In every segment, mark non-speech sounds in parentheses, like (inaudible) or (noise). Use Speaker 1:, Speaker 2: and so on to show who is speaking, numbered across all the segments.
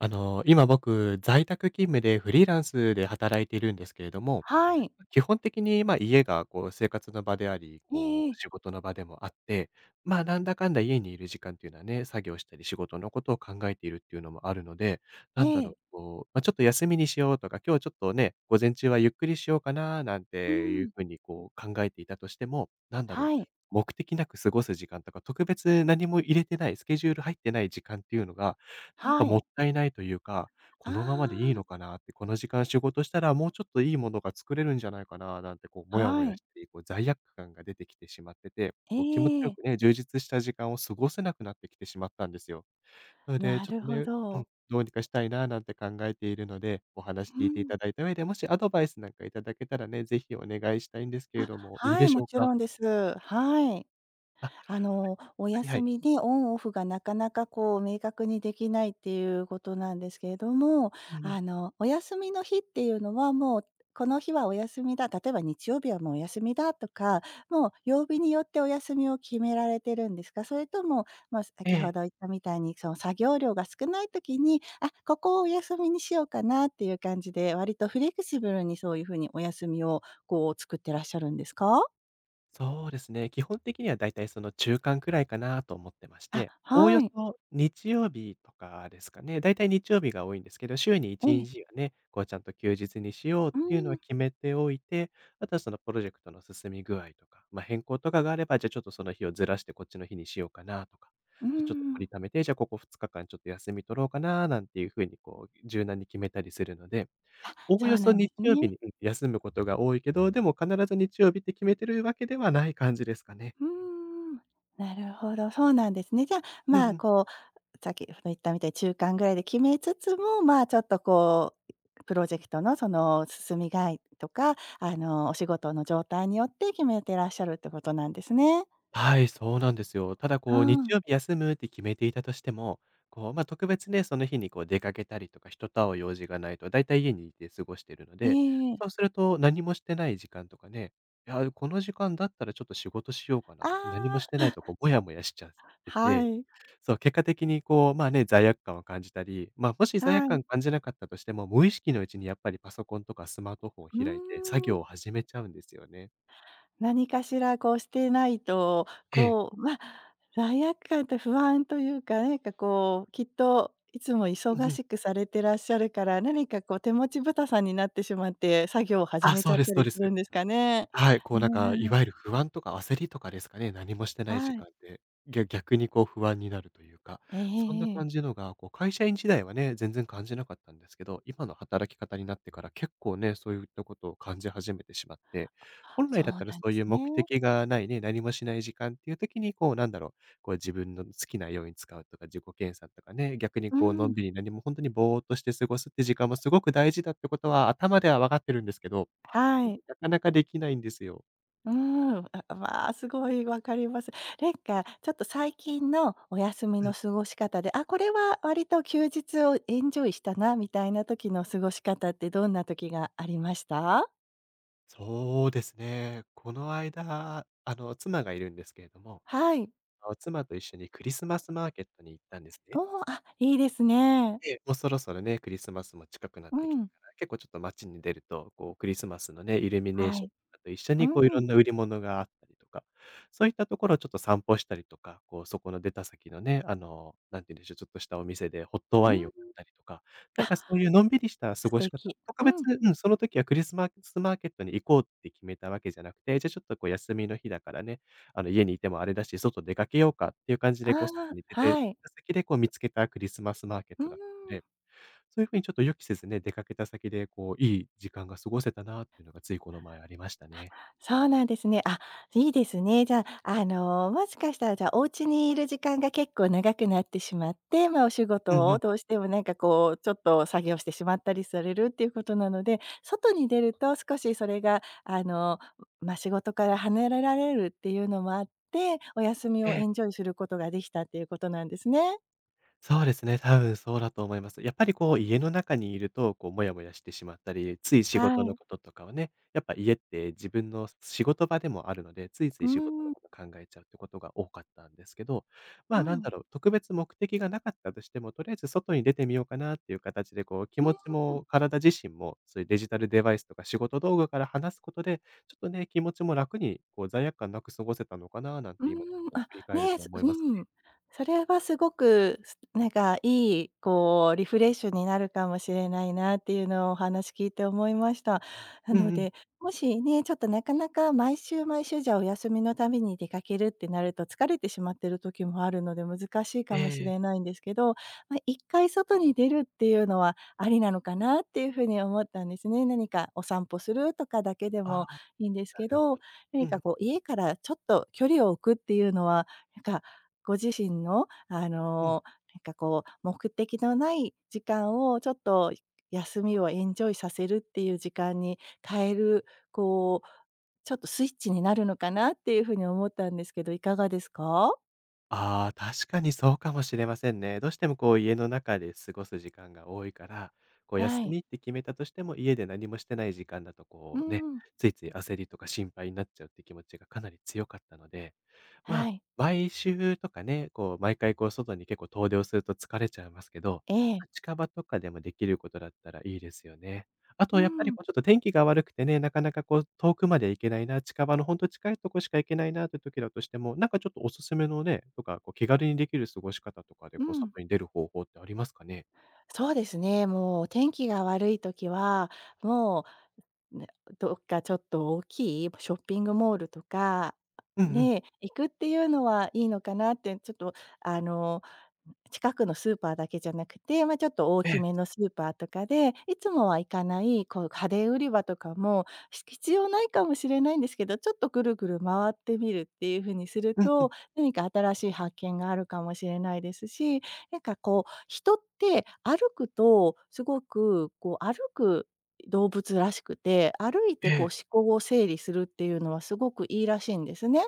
Speaker 1: 今僕、在宅勤務でフリーランスで働いているんですけれども、
Speaker 2: はい。
Speaker 1: 基本的に、まあ、家がこう生活の場であり、
Speaker 2: えええ
Speaker 1: こう
Speaker 2: え。
Speaker 1: 仕事の場でもあって、まあ、なんだかんだ家にいる時間っていうのはね、作業したり仕事のことを考えているっていうのもあるので、
Speaker 2: え
Speaker 1: なんだろ
Speaker 2: え。
Speaker 1: う、こう、まあ、ちょっと休みにしようとか、今日ちょっとね、午前中はゆっくりしようかななんて
Speaker 2: う
Speaker 1: いう
Speaker 2: ん。
Speaker 1: ふうにこう考えていたとしても、なんだろ
Speaker 2: は
Speaker 1: う、
Speaker 2: い。
Speaker 1: 目的なく過ごす時間とか、特別何も入れてない、スケジュール入ってない時間っていうのが、なんか
Speaker 2: は
Speaker 1: もっ
Speaker 2: い。
Speaker 1: たいないというかこのままでいい
Speaker 2: あ
Speaker 1: のかなって、この時間仕事したらもうちょっといいものが作れるんじゃないかななんてこう
Speaker 2: あ、
Speaker 1: もやも
Speaker 2: は
Speaker 1: や
Speaker 2: い。
Speaker 1: して、こう罪悪感が出てきてしまってて、
Speaker 2: え
Speaker 1: こう気持ちよ
Speaker 2: え。
Speaker 1: くね、充実した時間を過ごせなくなってきてしまったんですよ。なので、
Speaker 2: な
Speaker 1: ちょっ
Speaker 2: る
Speaker 1: と
Speaker 2: ほ
Speaker 1: ね、うん、
Speaker 2: ど。
Speaker 1: どうにかしたいななんて考えているので、お話
Speaker 2: う
Speaker 1: 聞いてい
Speaker 2: ん。
Speaker 1: ただいた上で、もしアドバイスなんかいただけたらね、ぜひお願いしたいんですけれ
Speaker 2: あ、
Speaker 1: ども、いい
Speaker 2: は
Speaker 1: で
Speaker 2: い、
Speaker 1: し
Speaker 2: も
Speaker 1: ょう
Speaker 2: ち
Speaker 1: か？
Speaker 2: ろんです。はい。
Speaker 1: あ、
Speaker 2: お
Speaker 1: はいは
Speaker 2: 休
Speaker 1: い。
Speaker 2: みでオンオフがなかなかこう明確にできないっていうことなんですけれども、
Speaker 1: うんうん。
Speaker 2: お休みの日っていうのはもう、この日はお休みだ、例えば日曜日はもうお休みだとか、もう曜日によってお休みを決められてるんですか？それとも、まあ、
Speaker 1: え
Speaker 2: 先ほ
Speaker 1: え。
Speaker 2: ど言ったみたいに、その作業量が少ない時に、あ、ここをお休みにしようかなっていう感じで、割とフレキシブルにそういう風にお休みをこう作ってらっしゃるんですか？
Speaker 1: そうですね。基本的にはだいたいその中間くらいかなと思ってまし
Speaker 2: あ、
Speaker 1: て、おお
Speaker 2: は
Speaker 1: よ
Speaker 2: い。
Speaker 1: そ日曜日とかですかね。だいたい日曜日が多いんですけど、週に
Speaker 2: え
Speaker 1: 1
Speaker 2: え。
Speaker 1: 日はね、こうちゃんと休日にしようっ
Speaker 2: う
Speaker 1: ていうのは
Speaker 2: ん。
Speaker 1: 決めておいて、あとはそのプロジェクトの進み具合とか、まあ、変更とかがあれば、じゃあちょっとその日をずらしてこっちの日にしようかなとか、
Speaker 2: うー
Speaker 1: じゃ、ちょっと取
Speaker 2: ん、
Speaker 1: り溜めて、じゃあここ2日間ちょっと休み取ろうかななんていうふうにこう柔軟に決めたりするので、おお
Speaker 2: そ
Speaker 1: よ
Speaker 2: うな
Speaker 1: そ
Speaker 2: んで
Speaker 1: 日
Speaker 2: す
Speaker 1: 曜日
Speaker 2: ね。
Speaker 1: に、うん、休むことが多いけど、でも必ず日曜日って決めてるわけではない感じですかね。
Speaker 2: うーん、なるほど、そうなんですね。じゃあ、
Speaker 1: う
Speaker 2: ま
Speaker 1: ん
Speaker 2: あ、
Speaker 1: うん。
Speaker 2: こう、さっき言ったみたいに中間ぐらいで決めつつも、まあ、ちょっとこう、プロジェクトのその進み具合とか、お仕事の状態によって決めてらっしゃるってことなんですね。
Speaker 1: はい、そうなんですよ。ただ
Speaker 2: う
Speaker 1: こう、日
Speaker 2: ん、
Speaker 1: 曜日休むって決めていたとしても、こう、ま、特別ね、その日にこう出かけたりとか、人と会う用事がないと、だいたい家にいて過ごしてるので、
Speaker 2: え
Speaker 1: そう
Speaker 2: え
Speaker 1: すると何もしてない時間とかね、いや、この時間だったらちょっと仕事しようかなって、何
Speaker 2: あ
Speaker 1: もしてな
Speaker 2: あ、
Speaker 1: いとこうモヤモヤしちゃって
Speaker 2: は
Speaker 1: て、
Speaker 2: い、
Speaker 1: そう、結果的にこう、まあね、罪悪感を感じたり、まあ、もし罪
Speaker 2: は
Speaker 1: 悪
Speaker 2: い。う
Speaker 1: 感感じなかったとしても、無意識のうちにやっぱりパソコンとかスマートフォンを
Speaker 2: ーん。
Speaker 1: 開いて、作業を始めちゃうんですよね。
Speaker 2: 何かしらこうしてないと、
Speaker 1: ええ。
Speaker 2: こう、まあ、罪悪感と不安というか、何かこう、きっといつも
Speaker 1: うん
Speaker 2: 忙
Speaker 1: うん。
Speaker 2: しくされてらっしゃるから、何かこう手持ちぶたさんになってしまって、作業を始
Speaker 1: あ、
Speaker 2: めち
Speaker 1: そ
Speaker 2: ゃ
Speaker 1: う
Speaker 2: っ
Speaker 1: で
Speaker 2: た
Speaker 1: すそう
Speaker 2: り
Speaker 1: で
Speaker 2: す
Speaker 1: す。
Speaker 2: るんですかね。
Speaker 1: はい、こうなん
Speaker 2: ね、
Speaker 1: か、いわゆる不安とか焦りとかですかね、何もしてない時
Speaker 2: はい。
Speaker 1: 間って、逆にこう不安になるというか、
Speaker 2: えええ
Speaker 1: そんな
Speaker 2: ええ
Speaker 1: 感じ
Speaker 2: え。
Speaker 1: のが、こう会社員時代はね、全然感じなかったんですけど、今の働き方になってから結構ね、そういったことを感じ始めてしまって、本来
Speaker 2: そう
Speaker 1: だったら
Speaker 2: な
Speaker 1: そ
Speaker 2: んで
Speaker 1: うい
Speaker 2: す
Speaker 1: う目
Speaker 2: ね。
Speaker 1: 的がないね、何もしない時間っていう時に、こうなんだろう、こう自分の好きなように使うとか、自己研鑽とかね、逆に
Speaker 2: う
Speaker 1: こうのん
Speaker 2: ん。
Speaker 1: びり何も本当にぼーっとして過ごすって時間もすごく大事だってことは頭では分かってるんですけど、
Speaker 2: はい。
Speaker 1: なかなかできないんですよ。
Speaker 2: うーん、あ、まあ、すごいわかります。なんか、ちょっと最近のお休み
Speaker 1: う
Speaker 2: の
Speaker 1: ん、
Speaker 2: 過ごし方で、あ、これは割と休日をエンジョイしたなみたいな時の過ごし方ってどんな時がありました？
Speaker 1: そうですね。この間、あの、妻がいるんですけれども、
Speaker 2: はい。
Speaker 1: あの、妻と一緒にクリスマスマーケットに行ったんですね。
Speaker 2: おお、あ、いいですね。
Speaker 1: ええ、もうそろそろね、クリスマスも近くなっ
Speaker 2: う
Speaker 1: てきた
Speaker 2: ん、
Speaker 1: から、結構ちょっと街に出ると、こうクリスマスのね、イルミネー
Speaker 2: は
Speaker 1: ション
Speaker 2: い。
Speaker 1: とかと一緒
Speaker 2: う
Speaker 1: にこういろ
Speaker 2: ん、
Speaker 1: んな売り物があったりとか、そういったところをちょっと散歩したりとか、こうそこの出た先のね、あの、なんて言うんでしょう、ちょっとしたお店でホット
Speaker 2: う
Speaker 1: ワイン
Speaker 2: ん、
Speaker 1: を買ったりとか、なんかそういうのんびりした過
Speaker 2: 素
Speaker 1: ごし方、
Speaker 2: 敵。
Speaker 1: 特
Speaker 2: う
Speaker 1: 別
Speaker 2: ん、
Speaker 1: うん、その時はクリスマスマーケットに行こうって決めたわけじゃなくて、じゃあちょっとこう休みの日だからね、あの家にいてもあれだし、外出かけようかっていう感じ
Speaker 2: あ
Speaker 1: でこう外
Speaker 2: あ、
Speaker 1: に出て、
Speaker 2: はい。
Speaker 1: た先でこう見つけたクリスマスマーケッ
Speaker 2: う
Speaker 1: トだった
Speaker 2: ん。
Speaker 1: で、そういう風にちょっと予期せずね、出かけた先でこう、いい時間が過ごせたなっていうのがついこの前ありましたね。
Speaker 2: そうなんですね。あ、いいですね。じゃあ、もしかしたら、じゃあ、お家にいる時間が結構長くなってしまって、まあ、お仕
Speaker 1: う
Speaker 2: 事
Speaker 1: んう
Speaker 2: を
Speaker 1: ん。
Speaker 2: どうしてもなんかこう、ちょっと作業してしまったりされるっていうことなので、外に出ると少しそれが、まあ、仕事から離れられるっていうのもあって、お休み
Speaker 1: え
Speaker 2: をエ
Speaker 1: え。
Speaker 2: ンジョイすることができたっていうことなんですね。
Speaker 1: そうですね、多分そうだと思います。やっぱり
Speaker 2: う
Speaker 1: こう
Speaker 2: ん。
Speaker 1: 家の中にいると、こうモヤモヤしてしまったり、つい仕
Speaker 2: は
Speaker 1: 事の
Speaker 2: い。
Speaker 1: こととかをね、やっぱ家って自分の仕事場でもあるので、ついつ
Speaker 2: う
Speaker 1: い仕事の
Speaker 2: ん。
Speaker 1: こと考えちゃうってことが多かったんですけど、ま
Speaker 2: う
Speaker 1: あなんだ
Speaker 2: ん。
Speaker 1: ろう、特別目的がなかったとしても、とりあえず外に出てみようかなっていう形で、こう気
Speaker 2: う
Speaker 1: 持
Speaker 2: ん。
Speaker 1: ちも体自身も、そういうデジタルデバイスとか仕事道具から離すことで、ちょっとね、気持ちも楽にこう罪悪感なく過ごせたのかななん
Speaker 2: うー
Speaker 1: て今ちょ
Speaker 2: ん、
Speaker 1: っと
Speaker 2: あ、
Speaker 1: 振り返る
Speaker 2: ね、
Speaker 1: と思います
Speaker 2: う
Speaker 1: ね。
Speaker 2: ん。それはすごく、なんかいい、こうリフレッシュになるかもしれないなっていうのをお話聞いて思いました。な
Speaker 1: う
Speaker 2: の
Speaker 1: んうん。
Speaker 2: で、もしね、ちょっとなかなか毎週毎週じゃお休みのために出かけるってなると疲れてしまってる時もあるので難しいか
Speaker 1: え
Speaker 2: もしれ
Speaker 1: え。
Speaker 2: ないんですけど、ま、1回外に出るっていうのはありなのかなっていう風に思ったんですね。何かお散歩するとかだけで
Speaker 1: あ
Speaker 2: も
Speaker 1: あ。
Speaker 2: いいんです
Speaker 1: な
Speaker 2: け
Speaker 1: るほ
Speaker 2: ど
Speaker 1: ど。う
Speaker 2: 何か
Speaker 1: ん、
Speaker 2: こう、家からちょっと距離を置くっていうのは、なんかご自身の、
Speaker 1: うん。
Speaker 2: なんかこう、目的のない時間をちょっと休みをエンジョイさせるっていう時間に変える、こう、ちょっとスイッチになるのかなっていうふうに思ったんですけど、いかがですか？
Speaker 1: ああ、確かにそうかもしれませんね。どうしてもこう家の中で過ごす時間が多いから、こう
Speaker 2: は
Speaker 1: 休
Speaker 2: い。
Speaker 1: みって決めたとしても、家で何もしてない時間だと
Speaker 2: う
Speaker 1: こうね、
Speaker 2: ん、
Speaker 1: ついつい焦りとか心配になっちゃうって気持ちがかなり強かったので、ま
Speaker 2: は
Speaker 1: あ、
Speaker 2: い。
Speaker 1: 毎週とかね、こう毎回こう外に結構遠出をすると疲れちゃいますけど、
Speaker 2: ええ。
Speaker 1: ま、近場とかでもできることだったらいいですよね。あ
Speaker 2: う
Speaker 1: とやっぱり
Speaker 2: ん、
Speaker 1: こうちょっと天気が悪くてね、なかなかこう遠くまで行けないな、近場のほんと近いとこしか行けないなって時だとしても、なんかちょっとおすすめのね、とか、こう気軽にできる過ごし方とかで
Speaker 2: う
Speaker 1: こう
Speaker 2: ん。
Speaker 1: 外に出る方法ってありますかね？
Speaker 2: そうですね、もう天気が悪い時は、もうね、どっかちょっと大きいショッピングモールとか、
Speaker 1: うんうん。
Speaker 2: ね、行くっていうのはいいのかなって、ちょっとあの近くのスーパーだけじゃなくて、まあ、ちょっと大
Speaker 1: え
Speaker 2: き
Speaker 1: え。
Speaker 2: めのスーパーとかで、いつもは行かない、こう家電売り場とかも、必要ないかもしれないんですけど、ちょっとぐるぐる回ってみるっていう風にする
Speaker 1: うんう
Speaker 2: と、
Speaker 1: ん。
Speaker 2: 何か新しい発見があるかもしれないですし、なんかこう、人って歩くとすごくこう、歩く動物らしくて、歩いて
Speaker 1: え
Speaker 2: こう思
Speaker 1: え。
Speaker 2: 考を整理するっていうのはすごくいいらしいんですね。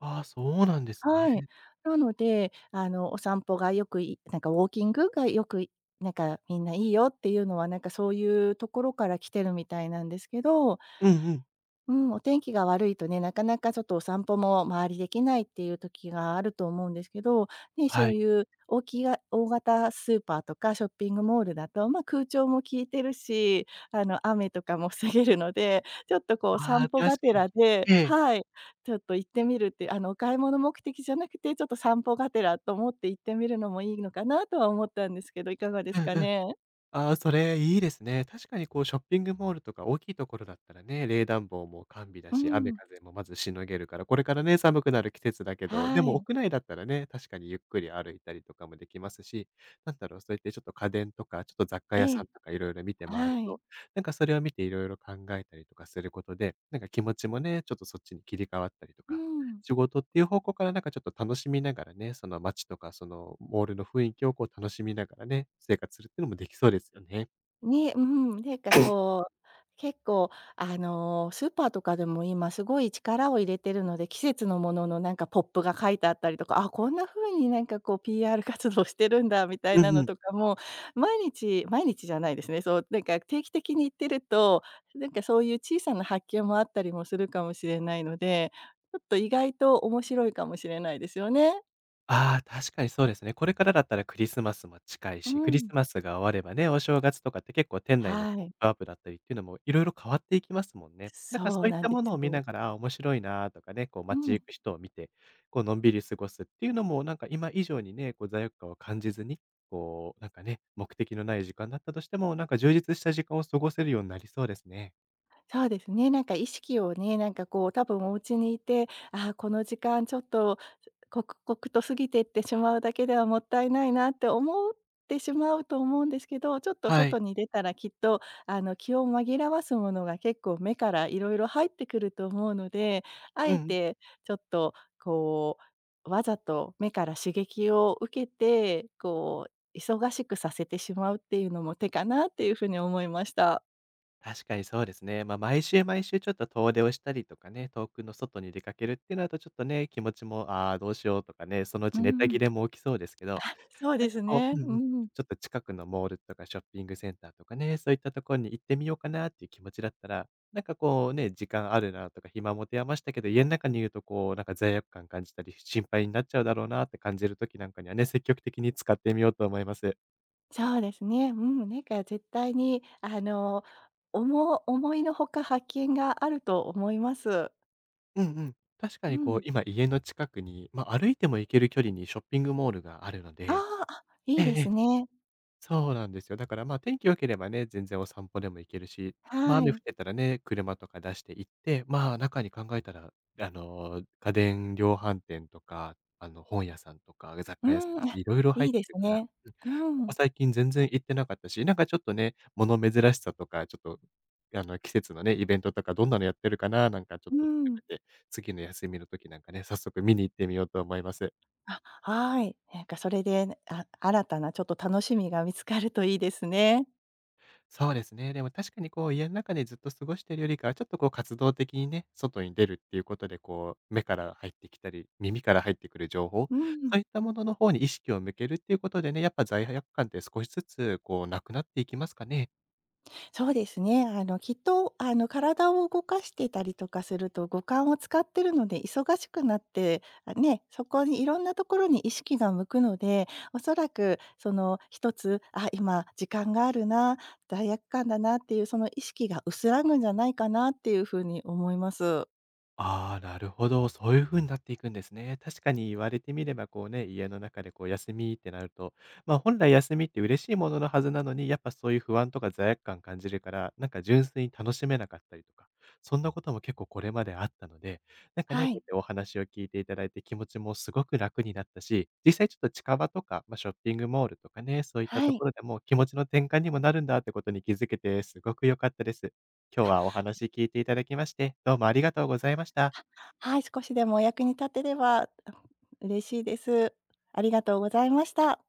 Speaker 1: ああ、そうなんですね。
Speaker 2: はい。なので、お散歩がよくいなんかウォーキングがよく、なんかみんないいよっていうのは、なんかそういうところから来てるみたいなんですけど、
Speaker 1: うんうん。
Speaker 2: うん、お天気が悪いとね、なかなかちょっとお散歩も周りできないっていう時があると思うんですけど、ね、そ
Speaker 1: は
Speaker 2: う
Speaker 1: い。
Speaker 2: いう大きが大型スーパーとかショッピングモールだと、まあ、空調も効いてるし、雨とかも (laughs) 防げるので、ちょっとこう
Speaker 1: あ
Speaker 2: 散
Speaker 1: あ、
Speaker 2: 歩が
Speaker 1: 確
Speaker 2: て
Speaker 1: かに。
Speaker 2: らで
Speaker 1: ええ。
Speaker 2: はい、ちょっと行ってみるって、お買い物目的じゃなくて、ちょっと散歩がてらと思って行ってみるのもいいのかなとは思ったんですけど、いかがで
Speaker 1: う
Speaker 2: すか
Speaker 1: んうん。
Speaker 2: ね？
Speaker 1: ああ、それいいですね。確かにこうショッピングモールとか大きいところだったらね、冷暖房も完備だ
Speaker 2: う
Speaker 1: し、雨
Speaker 2: ん。
Speaker 1: 風もまずしのげるから、これからね、寒くなる季節だけど、
Speaker 2: は
Speaker 1: でも
Speaker 2: い。
Speaker 1: 屋内だったらね、確かにゆっくり歩いたりとかもできますし、なんだろう、そうやってちょっと家電とか、ちょっと雑貨屋
Speaker 2: え
Speaker 1: さん
Speaker 2: え、
Speaker 1: とかいろいろ見て回
Speaker 2: は
Speaker 1: る
Speaker 2: い。
Speaker 1: と、なんかそれを見ていろいろ考えたりとかすることで、なんか気持ちもね、ちょっとそっちに切り替わったりと
Speaker 2: う
Speaker 1: か、
Speaker 2: ん。
Speaker 1: 仕事っていう方向からなんかちょっと楽しみながらね、その街とかそのモールの雰囲気をこう楽しみながらね、生活するっていうのもできそうですよね。
Speaker 2: ね、うん、なんかこう、結構スーパーとかでも今すごい力を入れてるので、季節のもののなんかポップが書いてあったりとか、あ、こんな風になんかこう PR 活動してるんだみたい
Speaker 1: う
Speaker 2: なの
Speaker 1: んうん。
Speaker 2: とかも、毎日毎日じゃないですね。そう、なんか定期的に行ってると、なんかそういう小さな発見もあったりもするかもしれないので、ちょっと意外と面白いかもしれないですよね。
Speaker 1: ああ、確かにそうですね。これからだったらクリスマスも近い
Speaker 2: う
Speaker 1: し、クリス
Speaker 2: ん。
Speaker 1: マスが終わればね、お正月とかって結構店内の
Speaker 2: は
Speaker 1: ポッ
Speaker 2: い。
Speaker 1: プアップだったりっていうのもいろいろ変わっていきますもんね。なんかそ
Speaker 2: そう
Speaker 1: ういっ
Speaker 2: なん
Speaker 1: た
Speaker 2: で
Speaker 1: もの
Speaker 2: す
Speaker 1: を見
Speaker 2: よ。
Speaker 1: ながら、あ、面白いなーとかね、こう
Speaker 2: う
Speaker 1: 街
Speaker 2: ん。
Speaker 1: 行く人を見て、こうのんびり過ごすっていうのもなんか今以上にね、こう罪悪感を感じずに、こうなんかね、目的のない時間だったとしても、なんか充実した時間を過ごせるようになりそうですね。
Speaker 2: そうですね、なんか意識をね、なんかこう多分お家にいて、ああ、この時間ちょっと刻々と過ぎてってしまうだけではもったいないなって思ってしまうと思うんですけど、ちょっと
Speaker 1: は
Speaker 2: 外
Speaker 1: い。
Speaker 2: に出たらきっとあの気を紛らわすものが結構目からいろいろ入ってくると思うので、あ
Speaker 1: うん
Speaker 2: え
Speaker 1: うん。
Speaker 2: てちょっとこうわざと目から刺激を受けて、こう忙しくさせてしまうっていうのも手かなっていうふうに思いました。
Speaker 1: 確かにそうですね。まあ、毎週毎週ちょっと遠出をしたりとかね、遠くの外に出かけるっていうのだとちょっとね、気持ちも、ああ、どうしようとかね、そのう
Speaker 2: う
Speaker 1: ちネタ
Speaker 2: ん。
Speaker 1: 切れも起きそうですけど、
Speaker 2: そう
Speaker 1: なん
Speaker 2: で
Speaker 1: か
Speaker 2: す
Speaker 1: こう
Speaker 2: ね。
Speaker 1: うん
Speaker 2: う
Speaker 1: うん、
Speaker 2: ん。
Speaker 1: ちょっと近くのモールとかショッピングセンターとかね、そういったところに行ってみようかなっていう気持ちだったら、なんかこうね、時間あるなとか暇持て余したけど、家の中にいるとこうなんか罪悪感感じたり、心配になっちゃうだろうなって感じる時なんかにはね、積極的に使ってみようと思います。
Speaker 2: そうですね。うん、なんか絶対に思思いのほか発見があると思います。
Speaker 1: うんうん。確か
Speaker 2: う
Speaker 1: にこう、
Speaker 2: ん。
Speaker 1: 今家の近くに、まあ、歩いても行ける距離にショッピングモールがあるの
Speaker 2: あ
Speaker 1: で、
Speaker 2: あ、あ、い
Speaker 1: え
Speaker 2: いで
Speaker 1: え
Speaker 2: す
Speaker 1: え、
Speaker 2: ね。
Speaker 1: そうなんですよ。だから、ま、あ、天気良ければね、全然お散歩でも行けるし、ま、
Speaker 2: は
Speaker 1: 雨降
Speaker 2: い。
Speaker 1: ってたらね、車とか出して行って、まあ、中に考えたら、家電量販店とか、本屋さんとか雑
Speaker 2: う
Speaker 1: 貨屋さん
Speaker 2: ん、
Speaker 1: とか
Speaker 2: あ、
Speaker 1: いろいろ入
Speaker 2: い
Speaker 1: っ
Speaker 2: い
Speaker 1: て
Speaker 2: です
Speaker 1: るから、
Speaker 2: ね。
Speaker 1: うん、
Speaker 2: う
Speaker 1: ここ
Speaker 2: ん、
Speaker 1: 最近全然行ってなかったし、なんかちょっとね、物珍しさとか、ちょっと、季節のね、イベントとかどんなのやってるかななんかちょ
Speaker 2: う
Speaker 1: っと含
Speaker 2: ん。
Speaker 1: めて、次の休みの時なんかね、早速見に行ってみようと思います。
Speaker 2: あ、はい。なんかそれで、あ、新たなちょっと楽しみが見つかるといいですね。
Speaker 1: そうですね。でも確かにこう家の中でずっと過ごしてるよりかは、ちょっとこう活動的にね、外に出るっていうことで、こう目から入ってきたり、耳から入ってくる情報、
Speaker 2: うん。
Speaker 1: そういったものの方に意識を向けるっていうことでね、やっぱ罪悪感って少しずつこうなくなっていきますかね？
Speaker 2: そうですね。きっと、体を動かしてたりとかすると、五感を使ってるので、忙しくなって、あ、ね、そこにいろんなところに意識が向くので、おそらくその一つ、あ、今時間があるな、罪悪感だなっていうその意識が薄らぐんじゃないかなっていうふうに思います。
Speaker 1: ああ、なるほど。そういう風になっていくんですね。確かに言われてみれば、こうね、家の中でこう休みってなると、ま、本来休みって嬉しいもののはずなのに、やっぱそういう不安とか罪悪感感じるから、なんか純粋に楽しめなかったりとか、そんなことも結構これまであったので、なんか
Speaker 2: は
Speaker 1: ね、こうや
Speaker 2: い。
Speaker 1: ってお話を聞いていただいて気持ちもすごく楽になったし、実際ちょっと近場とか、ま、ショッピングモールとかね、そういった
Speaker 2: は
Speaker 1: と
Speaker 2: い。
Speaker 1: ころでもう気持ちの転換にもなるんだってことに気づけてすごく良かったです。今日はお話聞いていただきまして、どうもありがとうございました。
Speaker 2: はい、少しでもお役に立てれば嬉しいです。ありがとうございました。